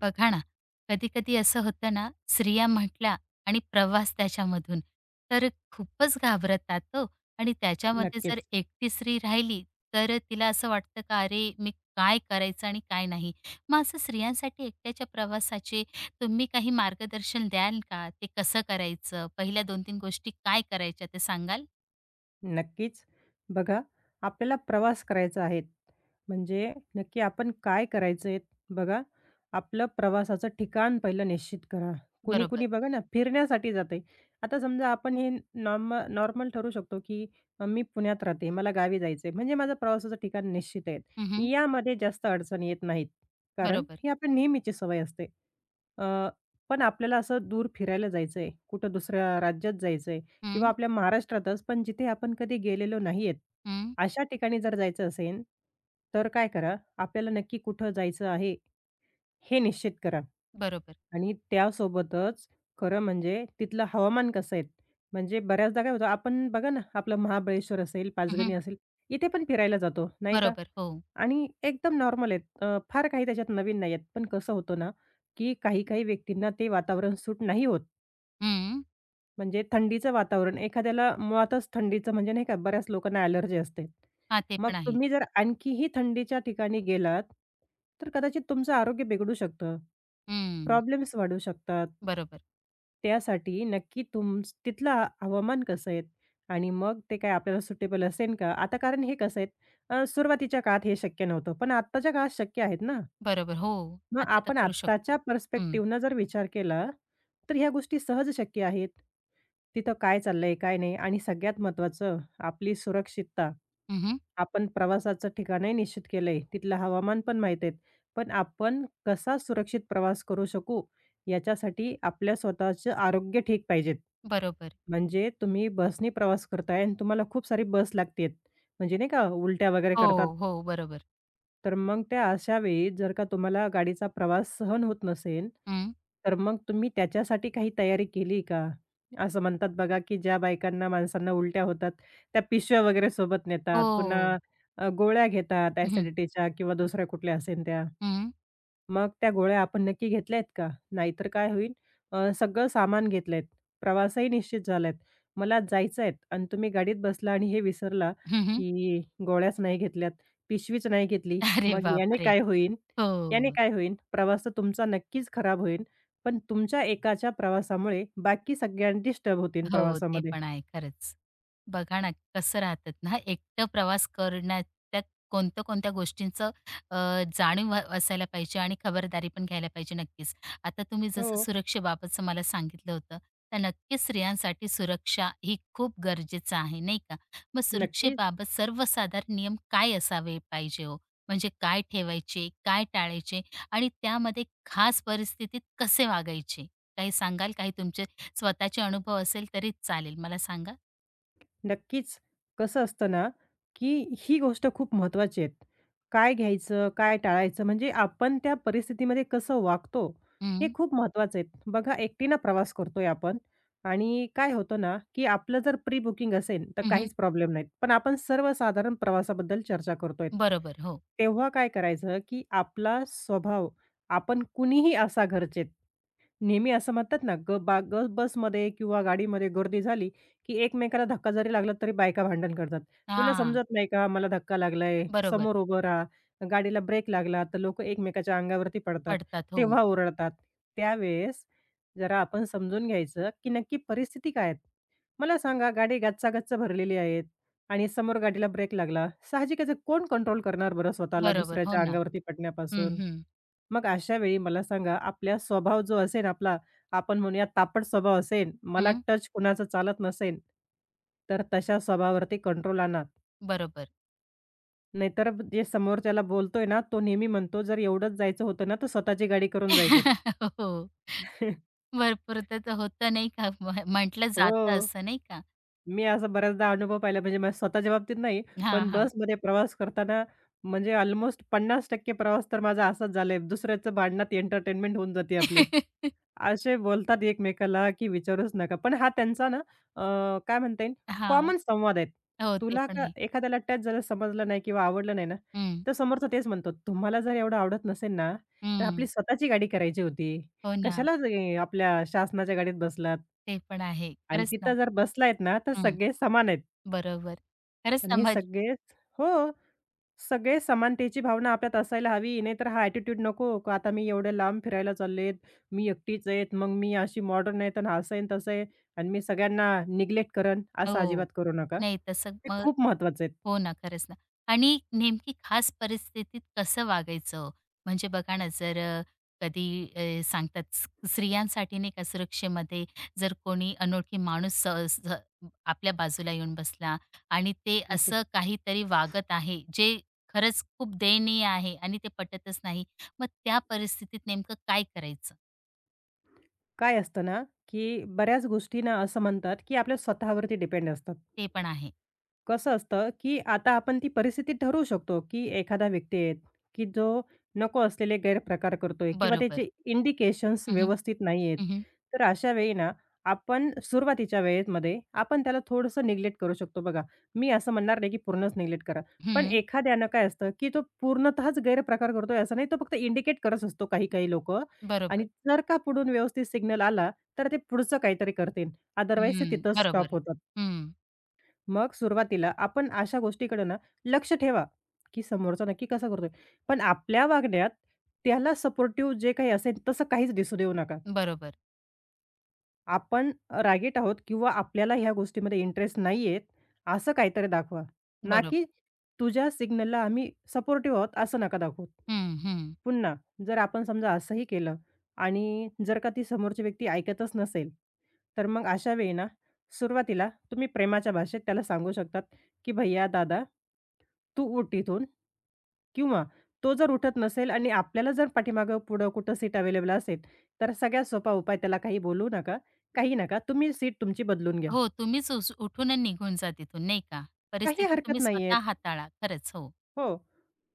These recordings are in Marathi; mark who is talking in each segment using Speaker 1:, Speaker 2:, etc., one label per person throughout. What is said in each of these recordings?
Speaker 1: बघा ना, कधी-कधी असं होतं ना, स्त्रिया म्हटल्या आणि प्रवास त्याच्यामधून, तर खूपच घाबरतात हो आणि त्याच्यामध्ये जर
Speaker 2: नक्कीच,
Speaker 1: एकटी स्त्री राहिली, तर तिला असं वाटतं का "अरे, मी काय करायचं आणि काय नाही?" मग असं स्त्रियांसाठी एकट्याच्या प्रवासाचे तुम्ही काही मार्गदर्शन द्याल का? ते कसं करायचं? पहिल्या 2-3 गोष्टी काय करायच्या ते सांगाल?
Speaker 2: नक्कीच. बघा, आपल्याला प्रवास करायचा आहे. म्हणजे नक्की आपण काय करायचं आहे? बघा, आपलं प्रवासाचं ठिकाण पहिलं निश्चित करा.
Speaker 1: बरोबर.
Speaker 2: कुणी-कुणी बघा ना, फिरण्यासाठी जातं आहे. आता समजा आपण हे नॉर्मल ठरवू शकतो, की मी पुण्यात राहते, मला गावी जायचं आहे. म्हणजे माझं प्रवासाचं ठिकाण निश्चित आहे.
Speaker 1: हं,
Speaker 2: यामध्ये जास्त अडचणी येत नाहीत. कारण
Speaker 1: बरोबर.
Speaker 2: ही आपल्या नेहमीची सवय असते. अ, पण आपल्याला असं दूर फिरायला जायचं आहे, कुठं दुसऱ्या राज्यात जायचं किंवा
Speaker 1: हं,
Speaker 2: आपल्या महाराष्ट्रातच, पण जिथे आपण कधी गेलेलो नाहीयेत,
Speaker 1: हं.
Speaker 2: अशा ठिकाणी जर जायचं असेल, तर काय करा, आपल्याला नक्की कुठं जायचं आहे हे निश्चित करा
Speaker 1: बरोबर.
Speaker 2: आणि त्यासोबतच खरं म्हणजे तिथलं हवामान कसं आहे? म्हणजे बऱ्याचदा काय होतं, आपण बघा ना, आपलं महाबळेश्वर असेल, पाचगणी
Speaker 1: हं,
Speaker 2: असेल, इथे पण फिरायला जातो, नाही का?
Speaker 1: बरोबर. हो.
Speaker 2: आणि एकदम नॉर्मल आहेत. फार काही त्याच्यात नवीन नाही आहेत. पण कसं होतं ना, की काही-काही व्यक्तींना ते वातावरण सूट नाही होत.
Speaker 1: हं.
Speaker 2: म्हणजे थंडीचं वातावरण एखाद्याला मुळातच थंडीचं म्हणजे नाही का बऱ्याच लोकांना ॲलर्जी असते.
Speaker 1: हां, ते
Speaker 2: मग
Speaker 1: पण आहे.
Speaker 2: तुम्ही जर आणखीही थंडीच्या ठिकाणी गेलात, तर कदाचित तुमचं आरोग्य बिघडू शकतं.
Speaker 1: हं.
Speaker 2: प्रॉब्लेम्स वाढू शकतात.
Speaker 1: बरोबर,
Speaker 2: त्यासाठी नक्की तुमच तिथलं हवामान कसं आहे आणि मग ते काय आपल्याला सुटेबल असेल का? आता कारण हे कसं आहे सुरुवातीच्या काळात हे शक्य नव्हतं, पण आत्ताच्या काळात शक्य आहेत ना.
Speaker 1: बरोबर. हो,
Speaker 2: मग
Speaker 1: आता तर
Speaker 2: आपण
Speaker 1: करू
Speaker 2: आत्ताच्या
Speaker 1: शकतो. हं.
Speaker 2: पर्स्पेक्टिव्हनं जर विचार केला, तर ह्या गोष्टी सहज शक्य आहेत. तिथं काय चाललंय, काय नाही आणि सगळ्यात महत्त्वाचं आपली सुरक्षितता.
Speaker 1: हं,
Speaker 2: आपण प्रवासाचं ठिकाणही निश्चित केलंय, तिथलं हवामान पण माहीत आहेत. पण आपण कसा सुरक्षित प्रवास करू शकू, याच्यासाठी आपल्या स्वतःचं आरोग्य ठीक पाहिजेत.
Speaker 1: बरोबर.
Speaker 2: म्हणजे तुम्ही बसनी प्रवास करताय आणि तुम्हाला खूप सारी बस लागते म्हणजे नाही का उलट्या वगैरे
Speaker 1: हो,
Speaker 2: करतात
Speaker 1: हो, बरोबर.
Speaker 2: तर मग त्या अशा वेळी जर का तुम्हाला गाडीचा प्रवास सहन होत नसेल,
Speaker 1: हं.
Speaker 2: तर मग तुम्ही त्याच्यासाठी काही तयारी केली का? असं म्हणतात बघा, की ज्या बायकांना माणसांना उलट्या होतात, त्या पिशव्या वगैरे सोबत नेतात.
Speaker 1: हो.
Speaker 2: पुन्हा गोळ्या घेतात
Speaker 1: हं, हं.
Speaker 2: ॲसिडिटीच्या किंवा दुसऱ्या कुठल्या असेल त्या. मग त्या गोळ्या आपण नक्की घेतल्यात का? नाहीतर काय होईल. सगळं सामान घेतलंय, प्रवासही निश्चित झालाय. मला जायचं आहे आणि तुम्ही गाडीत बसला आणि हे विसरला,
Speaker 1: हं,
Speaker 2: की गोळ्याच नाही घेतल्यात, पिशवीच नाही घेतली.
Speaker 1: अरे
Speaker 2: मग याने
Speaker 1: बापरे!
Speaker 2: काय होईल? याने
Speaker 1: हो,
Speaker 2: काय होईल? प्रवास तर तुमचा नक्कीच खराब होईल. पण तुमच्या एकाच्या प्रवासामुळे बाकी सगळ्यांना डिस्टर्ब होतील
Speaker 1: हो. ते
Speaker 2: प्रवासामध्ये.
Speaker 1: पण आहे खरंच. बघा ना, कसं राहतात ना, एकटं प्रवास करण्यात त्या कोणत्या-कोणत्या गोष्टींचं अ, जाणीव असायला पाहिजे आणि खबरदारी पण घ्यायला पाहिजे नक्कीच. आता तुम्ही
Speaker 2: हो,
Speaker 1: जसं सुरक्षेबाबतचं मला सांगितलं होतं, तर नक्कीच स्त्रियांसाठी सुरक्षा ही खूप गरजेचं आहे, नाही का? मग
Speaker 2: नक्कीच.
Speaker 1: सुरक्षेबाबत सर्वसाधारण नियम काय असावे पाहिजे हो? म्हणजे काय ठेवायचे, काय टाळायचे आणि त्यामध्ये खास परिस्थितीत कसे वागायचे? काही सांगाल? काही तुमचे स्वतःचे अनुभव असेल तरी चालेल. मला सांगा.
Speaker 2: नक्कीच. कसं असतं ना, की ही गोष्ट खूप महत्त्वाची आहे. काय घ्यायचं, काय टाळायचं म्हणजे आपण त्या परिस्थितीमध्ये कसं वागतो, हे
Speaker 1: हं.
Speaker 2: खूप महत्त्वाचं आहे. बघा एकटीनं प्रवास करतोय आपण आणि काय होतं ना, की आपलं जर प्री बुकिंग असेल तर
Speaker 1: हं,
Speaker 2: काहीच प्रॉब्लेम नाहीत. पण आपण सर्वसाधारण प्रवासाबद्दल चर्चा करतोय.
Speaker 1: बरोबर. हो.
Speaker 2: तेव्हा काय करायचं, की आपला स्वभाव आपण कुणीही असा घरचेत नेहमी असं म्हणतात ना, ग बा ग बसमध्ये किंवा गाडीमध्ये गर्दी झाली, की एकमेकाला धक्का जरी लागला तरी बायका भांडण करतात. तुला
Speaker 1: हां.
Speaker 2: समजत नाही का मला धक्का लागलाय?
Speaker 1: बरोबर.
Speaker 2: समोर उभं राहा. गाडीला ब्रेक लागला तर लोकं एकमेकाच्या अंगावरती पडतात.
Speaker 1: पडतात. हो.
Speaker 2: तेव्हा ओरडतात. त्यावेळेस जरा आपण समजून घ्यायचं, की नक्की परिस्थिती काय आहे? मला सांगा गाडी गच्चा-गच्च भरलेली आहेत आणि समोर गाडीला ब्रेक लागला. साहजिकच आहे कोण कंट्रोल करणार बरं स्वतःला
Speaker 1: बरोबर. हो
Speaker 2: दुसऱ्याच्या
Speaker 1: ना.
Speaker 2: अंगावरती
Speaker 1: हं,
Speaker 2: पडण्यापासून?
Speaker 1: हं.
Speaker 2: मग अशा वेळी मला सांगा, आपला स्वभाव जो असेल आपला, आपण म्हणूया तापट स्वभाव असेल, मला
Speaker 1: हं.
Speaker 2: टच कुणाचं चालत नसेल, तर तशा स्वभावावरती कंट्रोल आणा.
Speaker 1: बरोबर.
Speaker 2: नाहीतर जे समोरच्याला बोलतोय ना, तो नेहमी म्हणतो, "जर एवढंच जायचं होतं ना, तर स्वतःची गाडी करून जायचं."
Speaker 1: हो. भरपूर तर होतं नाही का? म्हटलं जातं
Speaker 2: हो,
Speaker 1: असं नाही का?
Speaker 2: मी असा बऱ्याचदा अनुभव पाहिला. म्हणजे माझ्या स्वतःच्या बाबतीत नाही,
Speaker 1: हां,
Speaker 2: पण
Speaker 1: हां.
Speaker 2: बसमध्ये प्रवास करताना म्हणजे ऑलमोस्ट 50% प्रवास तर माझा असाच झालाय. दुसऱ्याचं भांडणात एंटरटेनमेंट होऊन जाते
Speaker 1: हां.
Speaker 2: आपली. असे बोलतात एकमेकाला, की विचारूच नका. पण हा त्यांचा ना अ, काय म्हणता येईल कॉमन संवाद आहेत.
Speaker 1: हो, ते
Speaker 2: तुला
Speaker 1: पण
Speaker 2: का
Speaker 1: आहे.
Speaker 2: एखाद्याला टच झालं समजलं नाही किंवा आवडलं नाही ना,
Speaker 1: हं.
Speaker 2: तर समोरचा तेच म्हणतो, "तुम्हाला जर एवढं आवडत नसेल ना, तर आपली
Speaker 1: हं.
Speaker 2: स्वतःची गाडी करायची होती.
Speaker 1: हो ना.
Speaker 2: कशाला ते आपल्या शासनाच्या गाडीत बसलात
Speaker 1: ते पण आहे.
Speaker 2: आणि
Speaker 1: खरंच ना.
Speaker 2: तिथं जर बसलायत ना, तर
Speaker 1: हं.
Speaker 2: सगळे समान आहेत
Speaker 1: बरोबर. खरंच
Speaker 2: आणि हे
Speaker 1: समज
Speaker 2: सगळेच." हो. सगळे समानतेची भावना आपल्यात असायला हवी. नाहीतर हा ॲटिट्यूड नको, का आता मी एवढ्या लांब फिरायला चालले, मी एकटीच आहे, मग मी अशी मॉडर्न आहे, तर असं आहे, तसं आहे आणि मी सगळ्यांना निग्लेक्ट करन असं अजिबात
Speaker 1: हो.
Speaker 2: करू नका.
Speaker 1: नाही तसं
Speaker 2: हे खूप महत्त्वाचं आहे.
Speaker 1: हो ना, खरंच ना. आणि नेमकी खास परिस्थितीत कसं वागायचं? म्हणजे बघा ना, जर कधी सांगतात स्त्रियांसाठी नाही का सुरक्षेमध्ये जर कोणी अनोळखी माणूस सहज आपल्या बाजूला येऊन बसला आणि ते
Speaker 2: नक्कीच.
Speaker 1: असं काहीतरी वागत आहे, जे खरंच खूप दयनीय आहे आणि ते पटतच नाही. मग त्या परिस्थितीत नेमकं काय करायचं?
Speaker 2: काय असतं ना, की बऱ्याच गोष्टी ना असं म्हणतात, की आपल्या स्वतःवरती डिपेंड असतात.
Speaker 1: ते पण आहे.
Speaker 2: कसं असतं, की आता आपण ती परिस्थिती ठरवू शकतो, की एखादा व्यक्ती आहे, की जो नको असलेले गैरप्रकार करतोय किंवा
Speaker 1: बरोबर.
Speaker 2: त्याचे इंडिकेशन्स
Speaker 1: हं, हं.
Speaker 2: व्यवस्थित नाही आहेत.
Speaker 1: हं,
Speaker 2: तर अशा वेळी ना, आपण सुरुवातीच्या वेळेमध्ये आपण त्याला थोडंसं निग्लेक्ट करू शकतो बघा. मी असं म्हणणार नाही, की पूर्णच निग्लेक्ट करा. पण एखाद्यानं काय असतं, की तो पूर्णतःच गैरप्रकार करतोय असं नाही, तो फक्त इंडिकेट करत असतो काही-काही लोकं आणि
Speaker 1: बरोबर.
Speaker 2: जर का पुढून व्यवस्थित सिग्नल आला, तर ते पुढचं काहीतरी करतील. अदरवाईज ते
Speaker 1: हं.
Speaker 2: तिथंच स्टॉप
Speaker 1: बरोबर.
Speaker 2: होतात.
Speaker 1: हं.
Speaker 2: मग सुरुवातीला आपण अशा गोष्टीकडे ना लक्ष ठेवा, की समोरचा नक्की कसा करतोय? पण आपल्या वागण्यात त्याला सपोर्टिव्ह जे काही असेल तसं काहीच दिसू देऊ नका.
Speaker 1: बरोबर.
Speaker 2: आपण रागीट आहोत किंवा आपल्याला ह्या गोष्टीमध्ये इंटरेस्ट नाहीये, असं काहीतरी दाखवा. ना की
Speaker 1: बरोबर.
Speaker 2: तुझ्या सिग्नलला आम्ही सपोर्टिव्ह आहोत असं नका दाखवू.
Speaker 1: हं, हं.
Speaker 2: पुन्हा जर आपण समजा असंही केलं आणि जर का ती समोरची व्यक्ती ऐकतच नसेल, तर मग अशा वेळी ना सुरुवातीला तुम्ही प्रेमाच्या भाषेत त्याला सांगू शकतात, की "भैय्या, दादा, तू उठ इथून." किंवा तो जर उठत नसेल आणि आपल्याला जर पाठीमागं पुढं कुठं सीट अवेलेबल असेल, तर सगळ्यात सोपा उपाय त्याला काही बोलू नका. काही नका. तुम्ही सीट तुमची बदलून घ्या.
Speaker 1: हो, तुम्हीच उठून आणि निघून जा तिथून नाही का?
Speaker 2: काही
Speaker 1: परिस्थिती
Speaker 2: हरकत
Speaker 1: तुम्ही
Speaker 2: नाहीये.
Speaker 1: स्वतः हाताळा. खरंच हो.
Speaker 2: हो.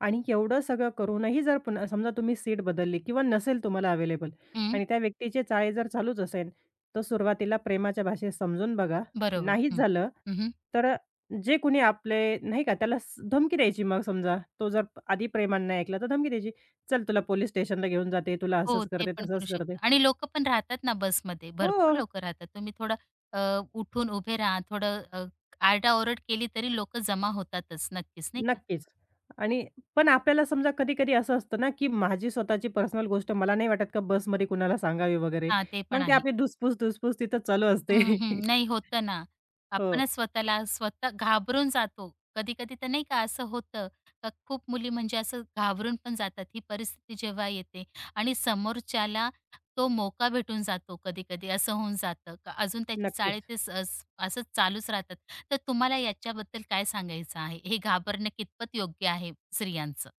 Speaker 2: आणि एवढं सगळं करूनही जर पुन्हा समजा तुम्ही सीट बदलली किंवा नसेल तुम्हाला अवेलेबल
Speaker 1: हं,
Speaker 2: आणि त्या व्यक्तीचे चाळे जर चालूच असेल, तर सुरुवातीला प्रेमाच्या भाषेत समजून बघा.
Speaker 1: बरोबर.
Speaker 2: नाहीच
Speaker 1: हं.
Speaker 2: झालं,
Speaker 1: हं,
Speaker 2: तर जे कुणी आपले नाही का त्याला धमकी द्यायची मग समजा तो जर आधी प्रेमाने नाही ऐकला, तर धमकी द्यायची. "चल तुला पोलिस स्टेशनला घेऊन जाते, तुला
Speaker 1: हो,
Speaker 2: असंच
Speaker 1: ते
Speaker 2: करते,
Speaker 1: पण करू
Speaker 2: तसंच करते."
Speaker 1: शकता आणि लोकं पण राहतात ना बसमध्ये, भरपूर
Speaker 2: हो.
Speaker 1: लोकं राहतात. तुम्ही थोडं अ, उठून उभे राहा, थोडं आरडाओरड केली तरी लोकं जमा होतातच नक्कीच नाही का?
Speaker 2: नक्कीच. आणि पण आपल्याला समजा कधी-कधी असं असतं ना, की माझी स्वतःची पर्सनल गोष्ट मला नाही वाटत का बसमध्ये कुणाला सांगावी वगैरे.
Speaker 1: हां, ते
Speaker 2: मग
Speaker 1: पण
Speaker 2: ते
Speaker 1: आहे.
Speaker 2: आपली धुसफूस-धुसफूस तिथं चालू असते.
Speaker 1: हं, हं. नाही होतं ना.
Speaker 2: हो,
Speaker 1: आपणच स्वतःला स्वतः घाबरून जातो. कधी-कधी तर नाही का असं होतं, का खूप मुली म्हणजे असं घाबरून पण जातात ही परिस्थिती जेव्हा येते आणि समोरच्याला तो मोका भेटून जातो कधी-कधी असं होऊन जातं. का अजून त्याचे चाळे
Speaker 2: नक्कीच.
Speaker 1: ते स अस असंच चालूच राहतात. तर तुम्हाला याच्याबद्दल काय सांगायचं आहे? हे घाबरणं कितपत योग्य आहे स्त्रियांचं?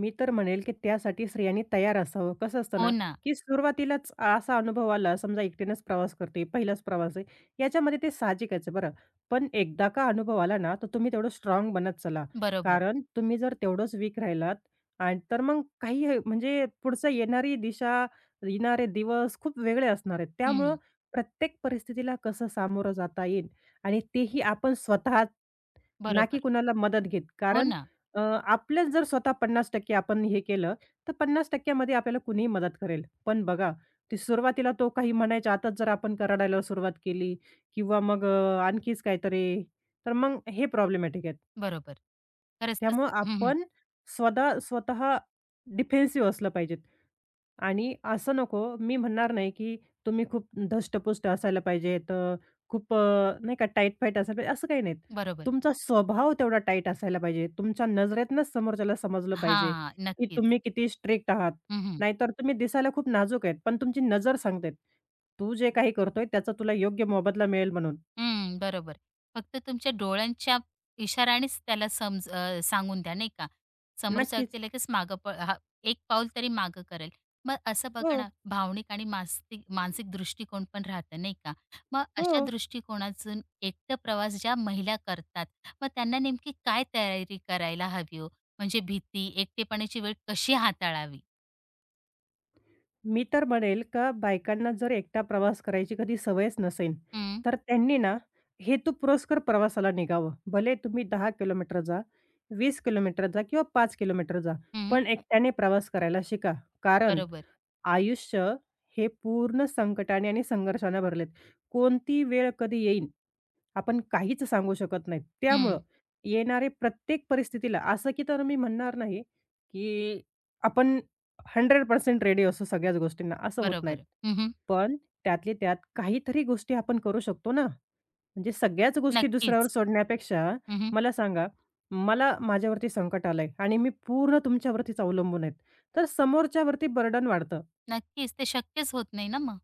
Speaker 2: मी तर म्हणेल, की त्यासाठी स्त्रियांनी तयार असावं. कसं असतं
Speaker 1: हो
Speaker 2: ना,
Speaker 1: ना.
Speaker 2: की सुरुवातीलाच असा अनुभव आला, समजा एकटीनंच प्रवास करते, पहिलाच प्रवास आहे. याच्यामध्ये ते साहजिकच आहे बरं. पण एकदा का अनुभव आला ना, तर तुम्ही तेवढं स्ट्रॉंग बनत चला.
Speaker 1: बरोबर.
Speaker 2: कारण तुम्ही जर तेवढंच वीक राहिलात आणि तर मग काही हे म्हणजे पुढचं येणारी दिशा, येणारे दिवस खूप वेगळे असणार आहेत. त्यामुळं
Speaker 1: हं.
Speaker 2: प्रत्येक परिस्थितीला कसं सामोरं जाता येईल आणि तेही आपण स्वतः, ना की
Speaker 1: बरोबर.
Speaker 2: कुणाला मदत घेत.
Speaker 1: हो
Speaker 2: कारण
Speaker 1: ना.
Speaker 2: अ, आपल्याच जर स्वतः 50% आपण हे केलं, तर 50% मध्ये आपल्याला कुणीही मदत करेल. पण बघा, ते सुरुवातीला तो काही म्हणायच्या आतच जर आपण रडायला सुरुवात केली किंवा मग आणखीच काहीतरी, तर मग हे प्रॉब्लेमॅटिक आहेत.
Speaker 1: बरोबर. खरंच तसं.
Speaker 2: त्यामुळं
Speaker 1: हं, हं.
Speaker 2: आपण स्वतः स्वतः डिफेन्सिव्ह असलं पाहिजे. आणि असं नको, मी म्हणणार नाही, की तुम्ही खूप धष्टपुष्ट असायला पाहिजेत, खूप नाही का टाईट-फाईट असायला पाहिजे, असं काही नाहीत.
Speaker 1: बरोबर.
Speaker 2: तुमचा स्वभाव तेवढा टाईट असायला पाहिजे. तुमच्या नजरेतनंच समोरच्याला समजलं पाहिजे,
Speaker 1: हां.
Speaker 2: की
Speaker 1: नक्कीच.
Speaker 2: तुम्ही किती स्ट्रिक्ट आहात.
Speaker 1: हं, हं.
Speaker 2: नाहीतर तुम्ही दिसायला खूप नाजूक आहेत, पण तुमची नजर सांगते, "तू जे काही करतोय त्याचा तुला योग्य मोबदला मिळेल" म्हणून.
Speaker 1: हं, बरोबर. फक्त तुमच्या डोळ्यांच्या इशाऱ्यानेच त्याला सांगून द्या नाही का? समोरचा
Speaker 2: नक्कीच.
Speaker 1: व्यक्ती लगेच मागं हा एक पाऊल तरी मागं करेल. मग असं बघा
Speaker 2: हो,
Speaker 1: ना, भावनिक आणि मानसिक मानसिक दृष्टिकोन पण राहतं नाही का? मग
Speaker 2: हो.
Speaker 1: अशा दृष्टिकोनातून एकटं प्रवास ज्या महिला करतात, मग त्यांना नेमकी काय तयारी करायला हवी हो? म्हणजे भीती, एकटेपणाची वेळ कशी हाताळावी?
Speaker 2: मी तर म्हणेल का बायकांना जर एकटा प्रवास करायची कधी सवयच नसेल,
Speaker 1: हं,
Speaker 2: तर त्यांनी ना हेतुपुरस्सर प्रवासाला निघावं. भले तुम्ही 10 किलोमीटर जा, 20 किलोमीटर जा किंवा 5 किलोमीटर जा,
Speaker 1: हं.
Speaker 2: पण एकट्याने प्रवास करायला शिका. कारण
Speaker 1: बरोबर.
Speaker 2: आयुष्य हे पूर्ण संकटाने आणि संघर्षाने भरलेत. कोणती वेळ कधी येईन आपण काहीच सांगू शकत नाही. त्यामुळं
Speaker 1: हं,
Speaker 2: येणाऱ्या प्रत्येक परिस्थितीला असं की तर मी म्हणणार नाही, की आपण 100% रेडी असू सगळ्याच गोष्टींना, असं होत नाहीत.
Speaker 1: बरोबर. हं,
Speaker 2: पण त्यातल्या त्यात काहीतरी गोष्टी आपण करू शकतो ना. म्हणजे सगळ्याच गोष्टी दुसऱ्यावर
Speaker 1: नक्कीच.
Speaker 2: सोडण्यापेक्षा मला सांगा, मला माझ्यावरती संकट आलंय आणि मी पूर्ण तुमच्यावरतीच अवलंबून आहेत. तर समोरच्यावरती बर्डन वाढतं.
Speaker 1: नक्कीच, ते शक्यच होत नाही ना मग.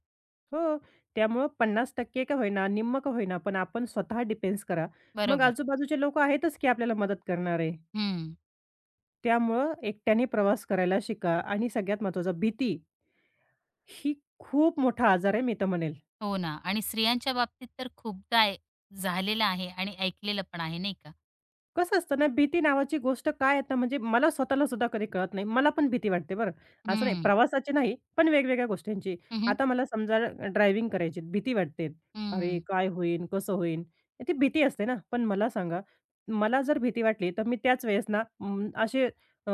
Speaker 2: हो. त्यामुळं 50% का होईना, निम्म का होईना, पण आपण स्वतः डिफेन्स करा. मग
Speaker 1: बरोबर.
Speaker 2: आजूबाजूचे लोकं आहेतच की आपल्याला मदत करणारे.
Speaker 1: हं.
Speaker 2: त्यामुळं एकट्याने प्रवास करायला शिका आणि सगळ्यात महत्त्वाचं भीती ही खूप मोठा आजार आहे मी तर म्हणेल.
Speaker 1: हो ना आणि स्त्रियांच्या बाबतीत तर खूपदा आहे झालेलं आहे आणि ऐकलेलं पण आहे नाही का?
Speaker 2: कसं असतं ना, भीती नावाची गोष्ट काय आहे म्हणजे मला स्वतःला सुद्धा कधी कळत नाही. मला पण भीती वाटते बरं. असं नाही
Speaker 1: हं.
Speaker 2: प्रवासाची नाही, पण वेगवेगळ्या गोष्टींची.
Speaker 1: हं, हं.
Speaker 2: आता मला समजा ड्रायव्हिंग करायची भीती वाटते. अरे,
Speaker 1: हं.
Speaker 2: काय होईन? कसं होईन? ती भीती असते ना. पण मला सांगा, मला जर भीती वाटली तर मी त्याच वेळेस ना असे अ,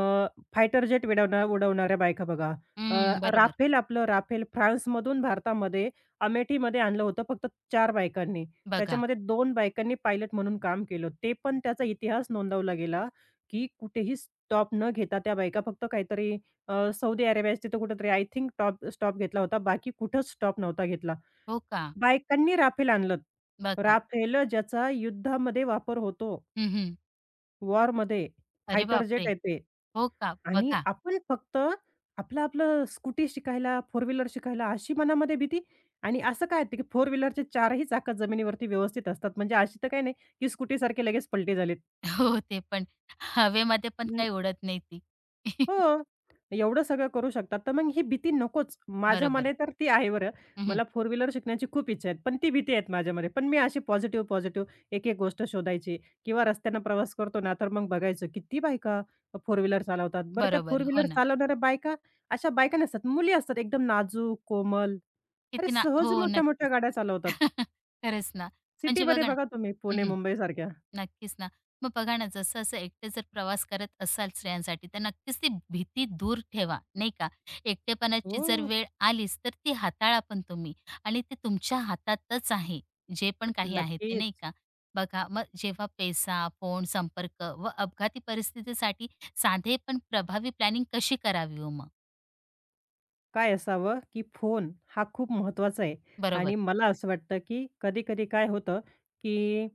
Speaker 2: फायटर जेट उडवणाऱ्या बायका बघा. अ,
Speaker 1: बरोबर.
Speaker 2: राफेल आपलं राफेल फ्रान्समधून भारतामध्ये अमेठीमध्ये आणलं होतं फक्त 4 बायकांनी.
Speaker 1: बघा.
Speaker 2: त्याच्यामध्ये 2 बायकांनी पायलट म्हणून काम केलं. ते पण त्याचा इतिहास नोंदवला गेला, की कुठेही स्टॉप न घेता त्या बायका फक्त काहीतरी सौदी अरेबियाच्या तिथं कुठेतरी आय थिंक टॉप स्टॉप घेतला होता. बाकी कुठंच स्टॉप नव्हता घेतला.
Speaker 1: हो का?
Speaker 2: बायकांनी राफेल आणलं.
Speaker 1: बघा.
Speaker 2: राफेल ज्याचा युद्धामध्ये वापर होतो,
Speaker 1: हं,
Speaker 2: वॉरमध्ये
Speaker 1: अरे
Speaker 2: फायटर जेट
Speaker 1: बापरे!
Speaker 2: आहे ते.
Speaker 1: हो का?
Speaker 2: आणि
Speaker 1: बघा.
Speaker 2: आपण फक्त आपलं, आपलं स्कूटी शिकायला, फोर व्हीलर शिकायला अशी मनामध्ये भीती आणि असं काय ते, की फोर व्हीलरचे चारही चाकं जमिनीवरती व्यवस्थित असतात. म्हणजे अशी तर काही नाही, की स्कूटीसारखे लगेच पलटी झालीत.
Speaker 1: हो, ते पण हवेमध्ये पण काही उडत नाही ती.
Speaker 2: हो. एवढं सगळं करू शकतात, तर मग ही भीती नकोच. माझ्या
Speaker 1: बरोबर.
Speaker 2: मने तर ती आहे बरं.
Speaker 1: हं,
Speaker 2: मला फोर व्हीलर शिकण्याची खूप इच्छा आहे, पण ती भीती आहेत माझ्यामध्ये. पण मी अशी पॉझिटिव्ह, पॉझिटिव्ह एक-एक गोष्ट शोधायची किंवा रस्त्यानं प्रवास करतो ना, तर मग बघायचं किती बायका फोर व्हीलर चालवतात. बरं त्या
Speaker 1: बरोबर.
Speaker 2: फोर
Speaker 1: हो
Speaker 2: व्हीलर
Speaker 1: ना.
Speaker 2: चालवणाऱ्या बायका अशा बायका नसतात, मुली असतात एकदम नाजूक, कोमल. अरे
Speaker 1: किती ना
Speaker 2: सहज
Speaker 1: हो,
Speaker 2: मोठ्या-मोठ्या
Speaker 1: नक्कीच.
Speaker 2: गाड्या चालवतात.
Speaker 1: खरंच ना. म्हणजे
Speaker 2: सिटीमध्ये
Speaker 1: बघा ना
Speaker 2: बघा तुम्ही पुणे, मुंबईसारख्या.
Speaker 1: नक्कीच ना. मग बघा ना, जसं असं एकटे जर प्रवास करत असाल स्त्रियांसाठी, तर नक्कीच ती भीती दूर ठेवा, नाही का? एकटेपणाची जर
Speaker 2: हो,
Speaker 1: वेळ आलीच, तर ती हाताळा पण तुम्ही आणि ते तुमच्या हातातच आहे, जे पण काही आहे ते, नाही
Speaker 2: नक्कीच.
Speaker 1: का? बघा, मग जेव्हा पैसा, फोन, संपर्क व अपघाती परिस्थितीसाठी साधे पण प्रभावी प्लॅनिंग कशी करावी हो मग?
Speaker 2: काय असावं, की फोन हा खूप महत्त्वाचा आहे
Speaker 1: बरोबर.
Speaker 2: आणि मला असं वाटतं, की कधी-कधी काय होतं, की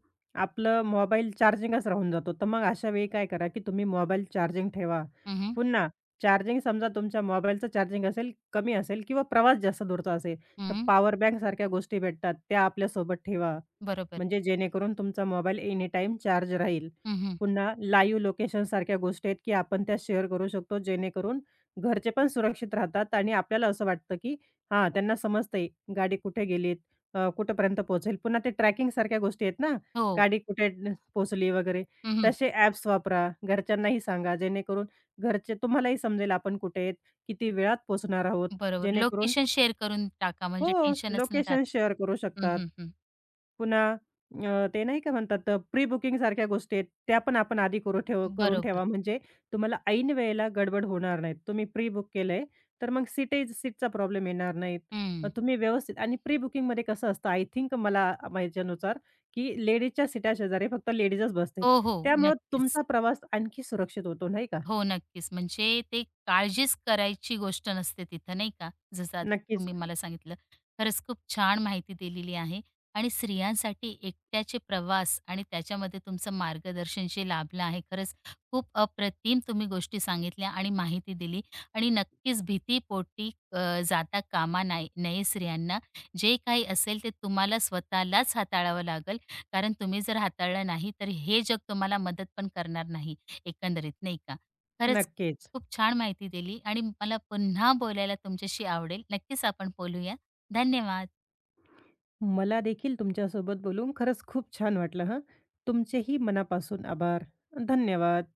Speaker 2: आपलं मोबाईल चार्जिंगच राहून जातो. तर मग अशा वेळी काय करा, की तुम्ही मोबाईल चार्जिंग ठेवा.
Speaker 1: हं, हं.
Speaker 2: पुन्हा चार्जिंग समजा तुमच्या मोबाईलचं चार्जिंग असेल, कमी असेल किंवा प्रवास जास्त दूरचा असेल, तर पॉवर बँकसारख्या गोष्टी भेटतात, त्या आपल्यासोबत ठेवा.
Speaker 1: बरोबर.
Speaker 2: म्हणजे जेणेकरून तुमचा मोबाईल एनीटाईम चार्ज राहील.
Speaker 1: हं,
Speaker 2: पुन्हा लाईव्ह लोकेशनसारख्या गोष्टी आहेत, की आपण त्या शेअर करू शकतो, जेणेकरून घरचे पण सुरक्षित राहतात आणि आपल्याला असं वाटतं, की हां, त्यांना समजतंय गाडी कुठे गेलीत, कुठेपर्यंत पोहोचेल. पुन्हा ते ट्रॅकिंगसारख्या गोष्टी आहेत ना,
Speaker 1: हो.
Speaker 2: गाडी कुठे न पोहोचली वगैरे.
Speaker 1: हं,
Speaker 2: तसे ॲप्स वापरा. घरच्यांनाही सांगा जेणेकरून घरचे तुम्हालाही समजेल आपण कुठे आहेत, किती वेळात पोहोचणार आहोत.
Speaker 1: बरोबर.
Speaker 2: जेणेकरून
Speaker 1: लोकेशन शेअर करून टाका,
Speaker 2: हो,
Speaker 1: म्हणजे टेन्शनच नाही राहत.
Speaker 2: लोकेशन शेअर करू
Speaker 1: हं,
Speaker 2: शकतात.
Speaker 1: हं,
Speaker 2: पुन्हा ते नाही का म्हणतात प्री बुकिंग सारख्या गोष्टी आहेत, त्या पण आपण आधी करून
Speaker 1: बरोबर.
Speaker 2: ठेवा म्हणजे तुम्हाला ऐन वेळेला गडबड होणार नाही. तुम्ही प्री बुक केलंय, तर मग सीटचा प्रॉब्लेम येणार नाहीत.
Speaker 1: हं.
Speaker 2: तुम्ही व्यवस्थित आणि प्री बुकिंगमध्ये कसं असतं आय थिंक मला माहितीनुसार, की लेडीजच्या सीटा शेजारी फक्त लेडीजच बसतात.
Speaker 1: हो, हो.
Speaker 2: त्यामुळं
Speaker 1: नक्कीच.
Speaker 2: तुमचा प्रवास आणखी सुरक्षित होतो, नाही का?
Speaker 1: हो, नक्कीच. म्हणजे ते काळजीच करायची गोष्ट नसते तिथं, नाही का? जसं आता
Speaker 2: नक्कीच,
Speaker 1: तुम्ही मला सांगितलं. खरंच खूप छान माहिती दिलेली आहे आणि स्त्रियांसाठी एकट्याचे प्रवास आणि त्याच्यामध्ये तुमचं मार्गदर्शन जे लाभलं आहे, खरंच खूप अप्रतिम तुम्ही गोष्टी सांगितल्या आणि माहिती दिली आणि नक्कीच भीतीपोटी जाता कामा नये स्त्रियांना. जे काही असेल ते तुम्हाला स्वतःलाच हाताळावं लागेल, कारण तुम्ही जर हाताळलं नाही, तर हे जग तुम्हाला मदत पण करणार नाही, एकंदरीत, नाही का? खरंच
Speaker 2: नक्कीच.
Speaker 1: खूप छान माहिती दिली आणि मला पुन्हा बोलायला तुमच्याशी आवडेल. नक्कीच आपण बोलूया. धन्यवाद.
Speaker 2: मला देखील तुमच्यासोबत बोलून खरंच खूप छान वाटलं हं. तुमचेही मनापासून आभार. धन्यवाद.